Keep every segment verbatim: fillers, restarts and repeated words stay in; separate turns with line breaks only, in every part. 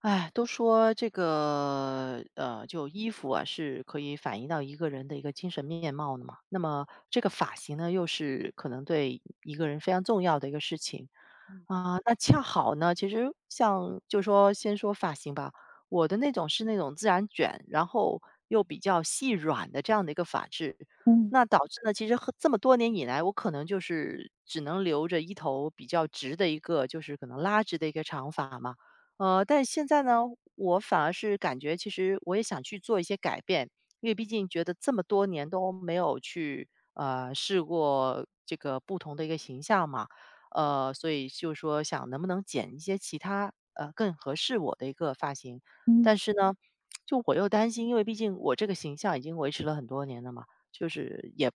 哎，都说这个呃，就衣服啊是可以反映到一个人的一个精神面貌的嘛。那么这个发型呢，又是可能对一个人非常重要的一个事情
嗯
啊。那恰好呢，其实像就说先说发型吧，我的那种是那种自然卷，然后又比较细软的这样的一个发质，
嗯
那导致呢，其实和这么多年以来，我可能就是只能留着一头比较直的一个，就是可能拉直的一个长发嘛。呃，但现在呢，我反而是感觉其实我也想去做一些改变，因为毕竟觉得这么多年都没有去呃试过这个不同的一个形象嘛，呃，所以就是说想能不能剪一些其他呃更合适我的一个发型，
嗯，
但是呢，就我又担心，因为毕竟我这个形象已经维持了很多年了嘛，就是也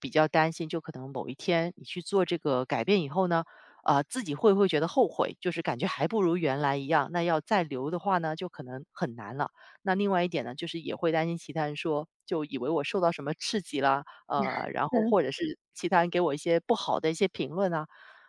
比较担心，就可能某一天你去做这个改变以后呢。呃，自己会不会觉得后悔？就是感觉还不如原来一样，那要再留的话呢，就可能很难了。那另外一点呢，就是也会担心其他人说，就以为我受到什么刺激啦，呃，然后
对，
或者是其他人给我一些不好的一些评论啊，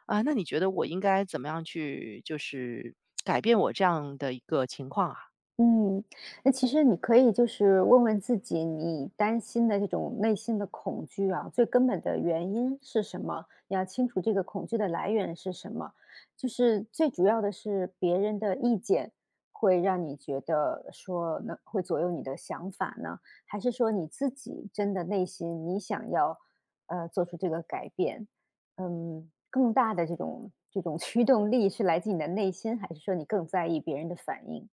啊，那你觉得我应该怎么样去，就是改变我这样的一个情况啊？
嗯，那其实你可以就是问问自己，你担心的这种内心的恐惧啊，最根本的原因是什么？你要清楚这个恐惧的来源是什么。就是最主要的是别人的意见会让你觉得说能会左右你的想法呢，还是说你自己真的内心你想要呃做出这个改变？嗯，更大的这种这种驱动力是来自你的内心，还是说你更在意别人的反应？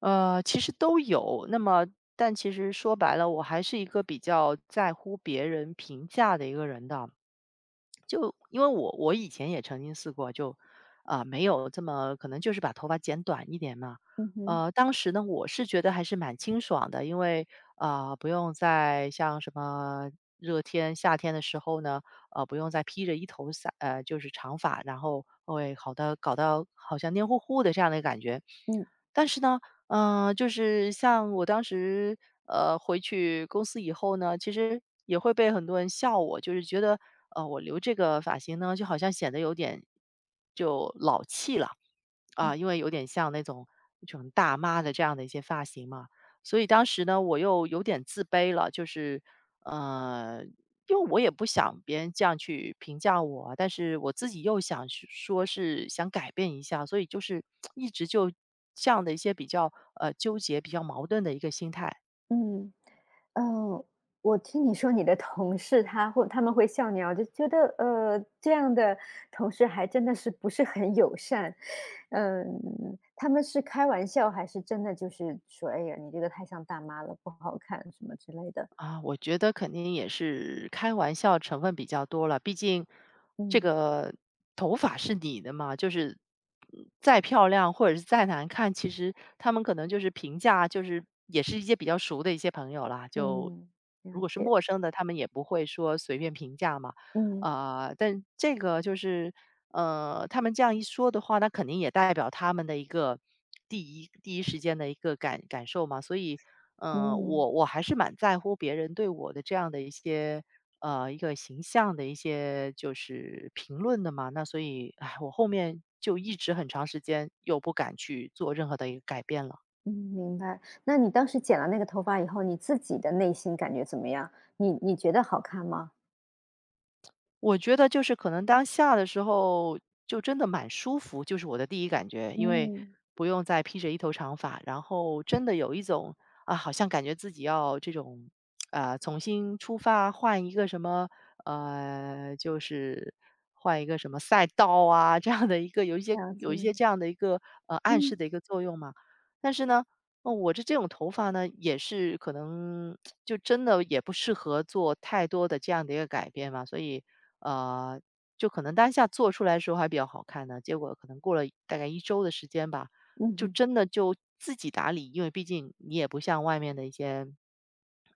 呃，其实都有。那么，但其实说白了，我还是一个比较在乎别人评价的一个人的。就因为我我以前也曾经试过，就啊，没有这么可能就是把头发剪短一点嘛。
嗯哼。
呃，当时呢，我是觉得还是蛮清爽的，因为啊，不用再像什么热天、夏天的时候呢，呃，不用再披着一头散呃就是长发，然后会好的搞到好像黏糊糊的这样的感觉。
嗯
但是呢，嗯，呃就是像我当时，呃，回去公司以后呢，其实也会被很多人笑我，就是觉得，呃，我留这个发型呢，就好像显得有点就老气了。
嗯
啊，因为有点像那种那种大妈的这样的一些发型嘛，所以当时呢，我又有点自卑了，就是，呃，因为我也不想别人这样去评价我啊，但是我自己又想是说是想改变一下，所以就是一直就这样的一些比较呃纠结、比较矛盾的一个心态。
嗯，呃，我听你说你的同事他会他们会笑你啊，我就觉得呃，这样的同事还真的是不是很友善，嗯，他们是开玩笑还是真的就是说，哎呀，你这个太像大妈了，不好看什么之类的？
啊，我觉得肯定也是开玩笑成分比较多了，毕竟这
嗯
个头发是你的嘛，就是嗯再漂亮或者是再难看，其实他们可能就是评价，就是也是一些比较熟的一些朋友啦，就
嗯，了
如果是
解。
陌生的，他们也不会说随便评价嘛，
嗯
啊，但这个就是呃，他们这样一说的话，那肯定也代表他们的一个第一第一时间的一个感感受嘛，所以。嗯，
嗯
我我还是蛮在乎别人对我的这样的一些呃一个形象的一些就是评论的嘛。那所以，哎，我后面就一直很长时间又不敢去做任何的一个改变了。
嗯，明白。那你当时剪了那个头发以后，你自己的内心感觉怎么样？你你觉得好看吗？
我觉得就是可能当下的时候就真的蛮舒服，就是我的第一感觉，因为
嗯，
不用再披着一头长发，然后真的有一种啊，好像感觉自己要这种啊，重新出发，换一个什么呃，就是换一个什么赛道啊，这样的一个有一些
了
有
解。
一些这样的一个呃暗示
嗯
的一个作用嘛。但是呢，哦，我这这种头发呢，也是可能就真的也不适合做太多的这样的一个改变嘛，所以呃，就可能当下做出来的时候还比较好看呢，结果可能过了大概一周的时间吧，
嗯
就
嗯。
真的就自己打理，因为毕竟你也不像外面的一些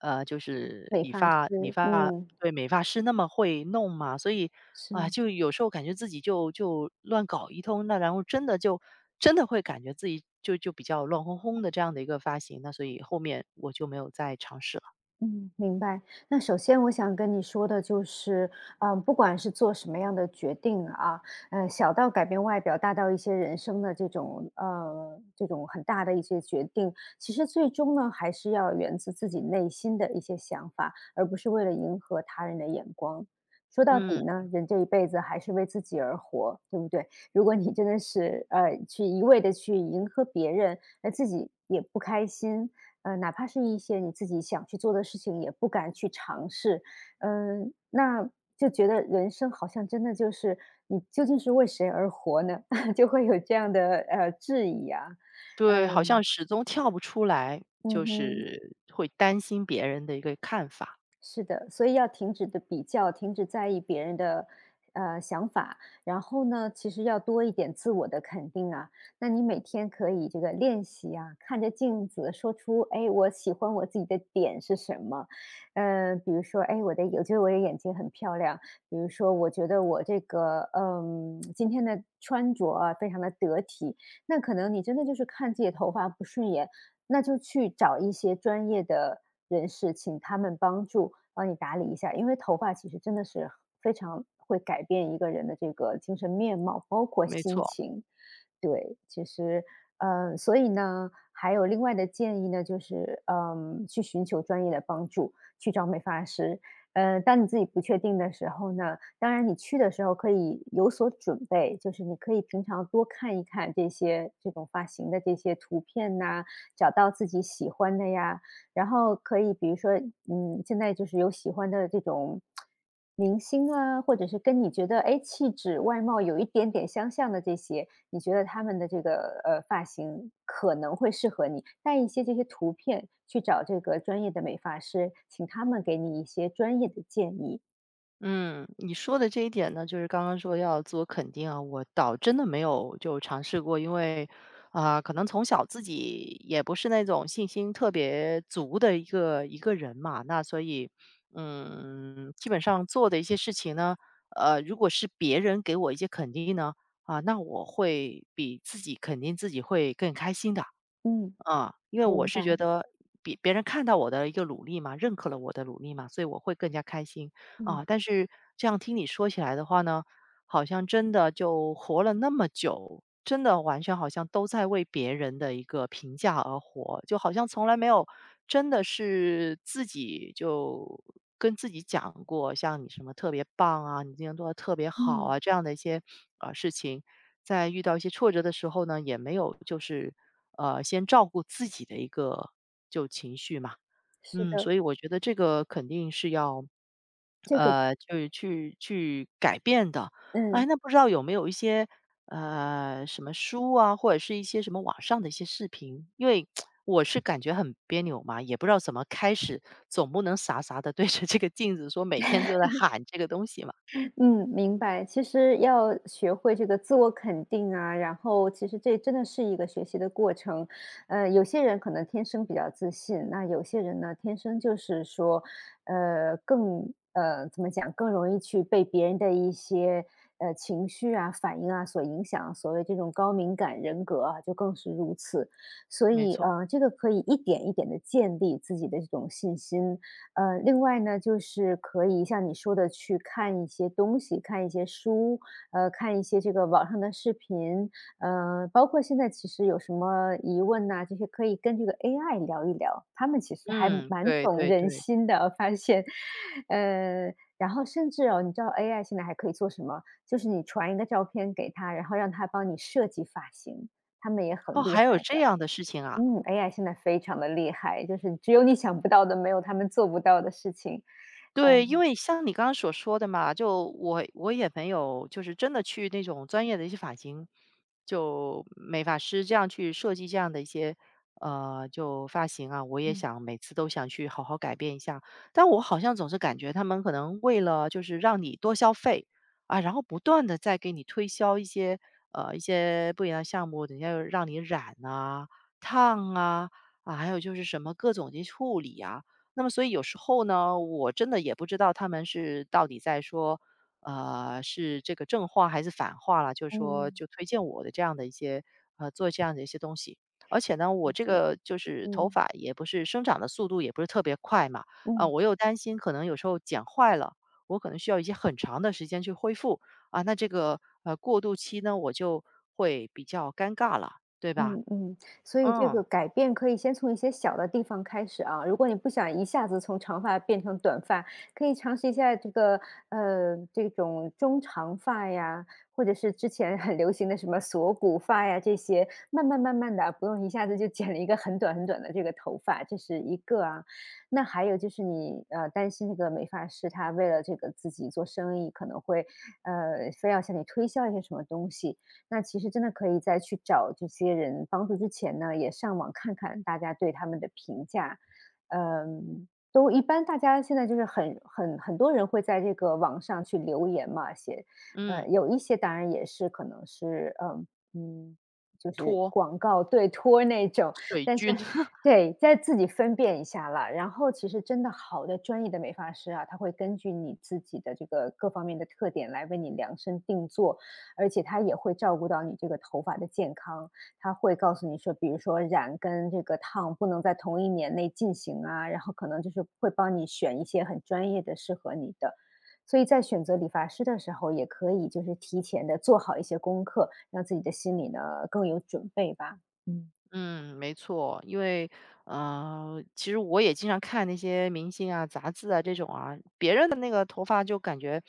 呃，就是
美
理
发
发理
师。
发
嗯，
对，美发师那么会弄嘛，所以，啊，
是，
就有时候感觉自己就就乱搞一通，那然后真的就真的会感觉自己就就比较乱哄哄的这样的一个发型，那所以后面我就没有再尝试了。
嗯，明白。那首先我想跟你说的就是，嗯，不管是做什么样的决定啊，呃，小到改变外表，大到一些人生的这种，呃，这种很大的一些决定，其实最终呢，还是要源自自己内心的一些想法，而不是为了迎合他人的眼光。说到底
嗯，
呢，人这一辈子还是为自己而活，对不对？如果你真的是呃去一味的去迎合别人，那自己也不开心，呃，哪怕是一些你自己想去做的事情，也不敢去尝试。嗯，那就觉得人生好像真的就是你究竟是为谁而活呢？就会有这样的呃质疑啊。
对，好像
嗯，
始终跳不出来，就
嗯哼。
是会担心别人的一个看法，
是的，所以要停止的比较，停止在意别人的呃想法，然后呢，其实要多一点自我的肯定啊。那你每天可以这个练习啊，看着镜子说出，哎，我喜欢我自己的点是什么？嗯、比如说，哎，我的我觉得我的眼睛很漂亮，比如说，我觉得我这个嗯今天的穿着啊非常的得体，那可能你真的就是看自己的头发不顺眼，那就去找一些专业的人士，请他们帮助帮你打理一下。因为头发其实真的是非常会改变一个人的这个精神面貌，包括
没
心
错。
情。对，其实，呃，所以呢，还有另外的建议呢，就是，嗯，去寻求专业的帮助，去找美发师。呃，当你自己不确定的时候呢，当然你去的时候可以有所准备，就是你可以平常多看一看这些这种发型的这些图片呐，找到自己喜欢的呀。然后可以比如说，嗯，现在就是有喜欢的这种明星啊，或者是跟你觉得，哎气质、外貌有一点点相像的这些，你觉得他们的这个，呃，发型可能会适合你。带一些这些图片去找这个专业的美发师，请他们给你一些专业的建议。
嗯，你说的这一点呢，就是刚刚说要自我肯定啊，我倒真的没有就尝试过，因为啊，可能从小自己也不是那种信心特别足的一个一个人嘛，那所以嗯，基本上做的一些事情呢，呃，如果是别人给我一些肯定呢，啊，那我会比自己肯定自己会更开心的。
嗯，
啊，因为我
明白。
是觉得别别人看到我的一个努力嘛，认可了我的努力嘛，所以我会更加开心。
嗯
啊，但是这样听你说起来的话呢，好像真的就活了那么久，真的完全好像都在为别人的一个评价而活，就好像从来没有真的是自己就跟自己讲过，像你什么特别棒啊，你今天做的特别好
嗯，
啊，这样的一些呃事情，在遇到一些挫折的时候呢，也没有就是呃先照顾自己的一个就情绪嘛，
是
嗯，
的，
所以我觉得这个肯定是要
这个
呃，就是去去改变的。哎，
嗯
那不知道有没有一些，呃，什么书啊，或者是一些什么网上的一些视频？因为 我是感觉很别扭嘛，也不知道怎么开始，总不能傻傻的对着这个镜子说每天就在喊这个东西嘛。
嗯，明白。其实要学会这个自我肯定啊，然后其实这真的是一个学习的过程。呃，有些人可能天生比较自信，那有些人呢，天生就是说，呃，更呃怎么讲，更容易去被别人的一些呃情绪啊、反应啊所影响。所谓这种高敏感人格啊，就更是如此。所
没
以
错，
呃，这个可以一点一点的建立自己的这种信心。呃，另外呢，就是可以像你说的去看一些东西，看一些书，呃，看一些这个网上的视频，呃，包括现在其实有什么疑问呐、这些可以跟这个 A I 聊一聊，他们其实还
嗯，
蛮
对
懂
对
人
对。
心的，发现，呃，然后甚至哦，你知道 A I 现在还可以做什么？就是你传一个照片给他，然后让他帮你设计发型，他们也
哦，
很厉
还有
害。
这样的事情啊？
嗯，A I 现在非常的厉害，就是只有你想不到的，没有他们做不到的事情。
对，因为像你刚刚所说的嘛，就我我也没有，就是真的去那种专业的一些发型，就美发师这样去设计这样的一些呃，就发型啊，我也
嗯，
想每次都想去好好改变一下，但我好像总是感觉他们可能为了就是让你多消费啊，然后不断的在给你推销一些呃一些不一样的项目，等一下又让你染啊、烫啊，啊，还有就是什么各种的处理啊。那么所以有时候呢，我真的也不知道他们是到底在说，呃，是这个正话还是反话了。就是说
嗯，
就推荐我的这样的一些，呃，做这样的一些东西。而且呢，我
理
这
解，
个就是头
嗯，
发也不是生长的速度也不是特别快嘛，啊，
嗯。
我又担心可能有时候剪坏了，我可能需要一些很长的时间去恢复，啊，那这个，呃，过渡期呢，我就会比较尴尬了，对吧？
嗯嗯，所以这个
嗯，
改变可以先从一些小的地方开始啊。如果你不想一下子从长发变成短发，可以尝试一下这个呃这种中长发呀，或者是之前很流行的什么锁骨发呀这些，慢慢慢慢的，不用一下子就剪了一个很短很短的这个头发，这是一个啊。那还有就是你呃担心那个美发师他为了这个自己做生意可能会呃非要向你推销一些什么东西，那其实真的可以在去找这些人帮助之前呢，也上网看看大家对他们的评价。嗯，都一般大家现在就是很很很多人会在这个网上去留言嘛，写，
嗯，
呃，有一些当然也是可能是，嗯嗯，就是
拖。
广告对托儿那种，但是对，再自己分辨一下啦。然后其实真的好的专业的美发师啊，他会根据你自己的这个各方面的特点来为你量身定做，而且它也会照顾到你这个头发的健康。它会告诉你说，比如说染跟这个烫不能在同一年内进行啊，然后可能就是会帮你选一些很专业的适合你的。所以在选择理发师的时候，也可以就是提前的做好一些功课，让自己的心里呢更有准备吧。嗯，
嗯，没错，因为，呃，其实我也经常看那些明星啊、杂志啊这种啊，别人的那个头发就感觉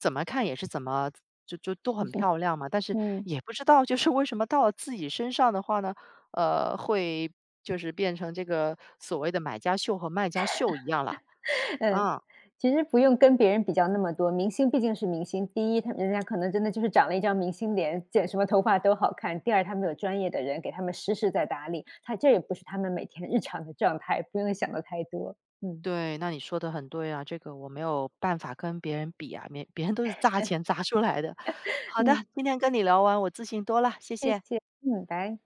怎么看也是怎么就就都很漂亮嘛，但是
嗯，
也不知道就是为什么到了自己身上的话呢，呃，会就是变成这个所谓的买家秀和卖家秀一样了。
嗯。
啊，
其实不用跟别人比较那么多，明星毕竟是明星。第一，他人家可能真的就是长了一张明星脸，剪什么头发都好看；第二，他们有专业的人给他们实时在打理，他这也不是他们每天日常的状态，不用想的太多。嗯，
对，那你说的很对啊，这个我没有办法跟别人比啊，别别人都是砸钱砸出来的。好的，
嗯，
今天跟你聊完，我自信多了，谢
谢
谢。
谢，嗯，拜。